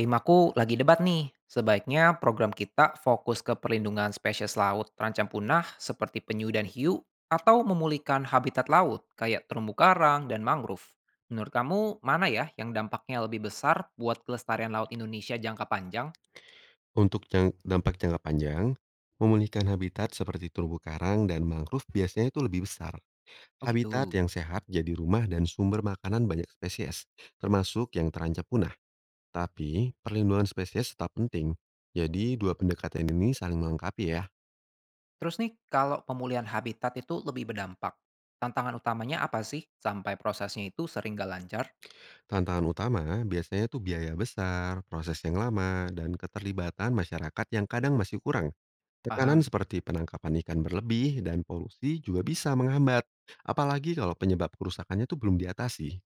Tim aku lagi debat nih, sebaiknya program kita fokus ke perlindungan spesies laut terancam punah seperti penyu dan hiu atau memulihkan habitat laut kayak terumbu karang dan mangrove. Menurut kamu mana ya yang dampaknya lebih besar buat kelestarian laut Indonesia jangka panjang? Untuk dampak jangka panjang, memulihkan habitat seperti terumbu karang dan mangrove biasanya itu lebih besar. Oh Habitat gitu. yang sehat jadi rumah dan sumber makanan banyak spesies, termasuk yang terancam punah. Tapi, perlindungan spesies tetap penting. Jadi, dua pendekatan ini saling melengkapi ya. Terus nih kalau pemulihan habitat itu lebih berdampak, tantangan utamanya apa sih sampai prosesnya itu sering gak lancar? Tantangan utama biasanya tuh biaya besar, proses yang lama, dan keterlibatan masyarakat yang kadang masih kurang. Tekanan Paham. seperti penangkapan ikan berlebih dan polusi juga bisa menghambat, apalagi kalau penyebab kerusakannya itu belum diatasi.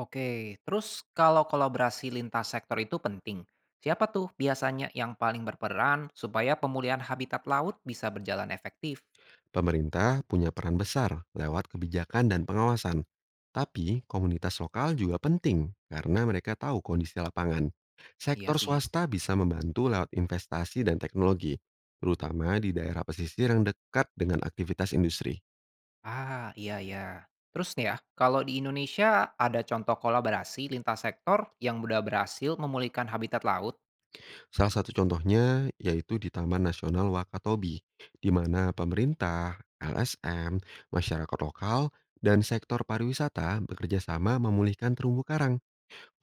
Oke, terus kalau kolaborasi lintas sektor itu penting, siapa tuh biasanya yang paling berperan supaya pemulihan habitat laut bisa berjalan efektif? Pemerintah punya peran besar lewat kebijakan dan pengawasan. Tapi komunitas lokal juga penting karena mereka tahu kondisi lapangan. Iya Sektor sih. swasta bisa membantu lewat investasi dan teknologi, terutama di daerah pesisir yang dekat dengan aktivitas industri. Ah, iya ya. Terus nih ya, kalau di Indonesia ada contoh kolaborasi lintas sektor yang udah berhasil memulihkan habitat laut, Salah satu contohnya yaitu di Taman Nasional Wakatobi, di mana pemerintah, LSM, masyarakat lokal, dan sektor pariwisata bekerja sama memulihkan terumbu karang.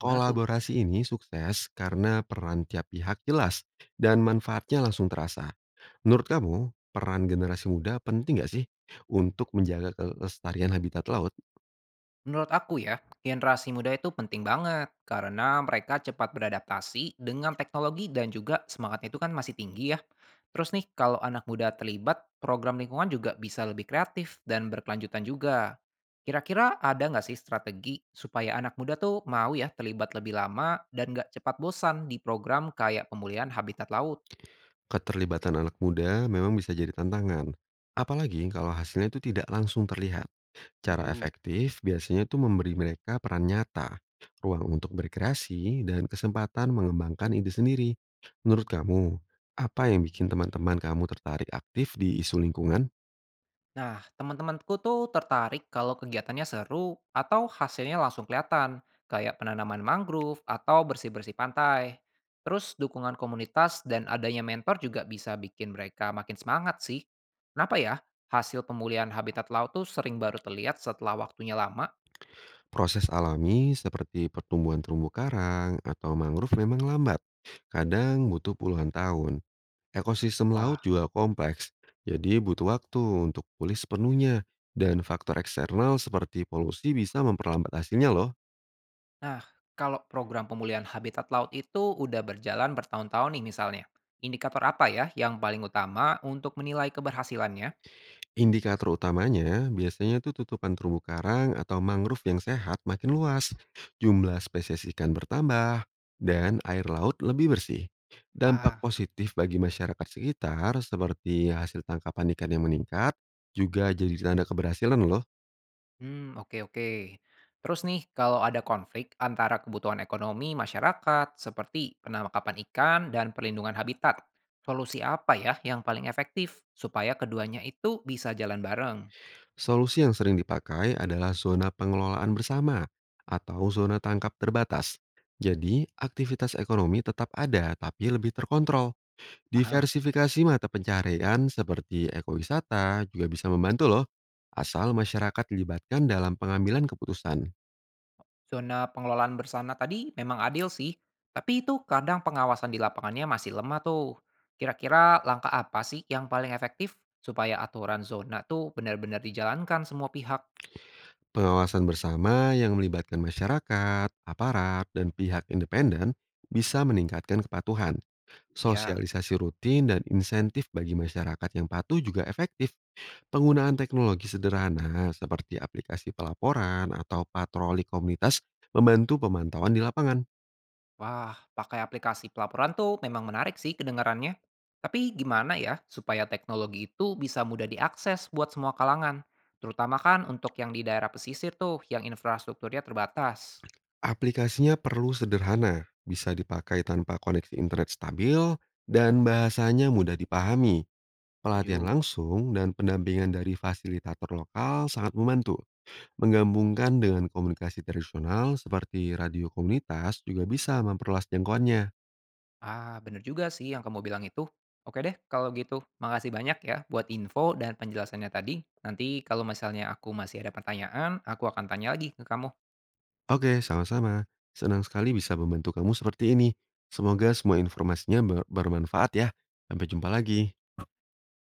gimana tuh? ini sukses karena peran tiap pihak jelas dan manfaatnya langsung terasa. Menurut kamu, peran generasi muda penting nggak sih untuk menjaga kelestarian habitat laut? Menurut aku ya, generasi muda itu penting banget karena mereka cepat beradaptasi dengan teknologi dan juga semangatnya itu kan masih tinggi ya. Terus nih, kalau anak muda terlibat, program lingkungan juga bisa lebih kreatif dan berkelanjutan juga. Kira-kira ada nggak sih strategi supaya anak muda tuh mau ya terlibat lebih lama dan nggak cepat bosan di program kayak pemulihan habitat laut? Keterlibatan anak muda memang bisa jadi tantangan, apalagi kalau hasilnya itu tidak langsung terlihat. Cara 7. efektif biasanya itu memberi mereka peran nyata, ruang untuk berkreasi, dan kesempatan mengembangkan ide sendiri. Menurut kamu, apa yang bikin teman-teman kamu tertarik aktif di isu lingkungan? Nah, teman-temanku tuh tertarik kalau kegiatannya seru atau hasilnya langsung kelihatan, kayak penanaman mangrove atau bersih-bersih pantai. Terus dukungan komunitas dan adanya mentor juga bisa bikin mereka makin semangat sih. Kenapa ya? Hasil pemulihan habitat laut tuh sering baru terlihat setelah waktunya lama. Proses alami seperti pertumbuhan terumbu karang atau mangrove memang lambat. Kadang butuh puluhan tahun. Ekosistem Wah. laut juga kompleks, jadi butuh waktu untuk pulih sepenuhnya. Dan faktor eksternal seperti polusi bisa memperlambat hasilnya loh. Nah, kalau program pemulihan habitat laut itu udah berjalan bertahun-tahun nih misalnya. Indikator apa ya yang paling utama untuk menilai keberhasilannya? Indikator utamanya biasanya itu tutupan terumbu karang atau mangrove yang sehat makin luas, jumlah spesies ikan bertambah, dan air laut lebih bersih. Dampak Ah. positif bagi masyarakat sekitar seperti hasil tangkapan ikan yang meningkat juga jadi tanda keberhasilan loh. Hmm, oke oke. Terus nih, kalau ada konflik antara kebutuhan ekonomi masyarakat seperti penangkapan ikan dan perlindungan habitat, solusi apa ya yang paling efektif supaya keduanya itu bisa jalan bareng? Solusi yang sering dipakai adalah zona pengelolaan bersama atau zona tangkap terbatas. Jadi, aktivitas ekonomi tetap ada tapi lebih terkontrol. Paham? Diversifikasi mata pencaharian seperti ekowisata juga bisa membantu loh, asal masyarakat dilibatkan dalam pengambilan keputusan. Zona pengelolaan bersama tadi memang adil sih, tapi itu kadang pengawasan di lapangannya masih lemah tuh. Kira-kira langkah apa sih yang paling efektif supaya aturan zona tuh benar-benar dijalankan semua pihak? Pengawasan bersama yang melibatkan masyarakat, aparat, dan pihak independen bisa meningkatkan kepatuhan. Ya. Sosialisasi rutin dan insentif bagi masyarakat yang patuh juga efektif. Penggunaan teknologi sederhana seperti aplikasi pelaporan atau patroli komunitas membantu pemantauan di lapangan. Wah, pakai aplikasi pelaporan tuh memang menarik sih kedengarannya. Tapi gimana ya supaya teknologi itu bisa mudah diakses buat semua kalangan? Terutama kan untuk yang di daerah pesisir tuh yang infrastrukturnya terbatas. Aplikasinya perlu sederhana, bisa dipakai tanpa koneksi internet stabil, dan bahasanya mudah dipahami. Pelatihan Setuju. langsung dan pendampingan dari fasilitator lokal sangat membantu. Menggabungkan dengan komunikasi tradisional seperti radio komunitas juga bisa memperluas jangkauannya. Ah, bener juga sih yang kamu bilang itu. Oke deh, kalau gitu. Makasih banyak ya buat info dan penjelasannya tadi. Nanti kalau misalnya aku masih ada pertanyaan, aku akan tanya lagi ke kamu. Oke, sama-sama. Senang sekali bisa membantu kamu seperti ini. Semoga semua informasinya bermanfaat ya. Sampai jumpa lagi.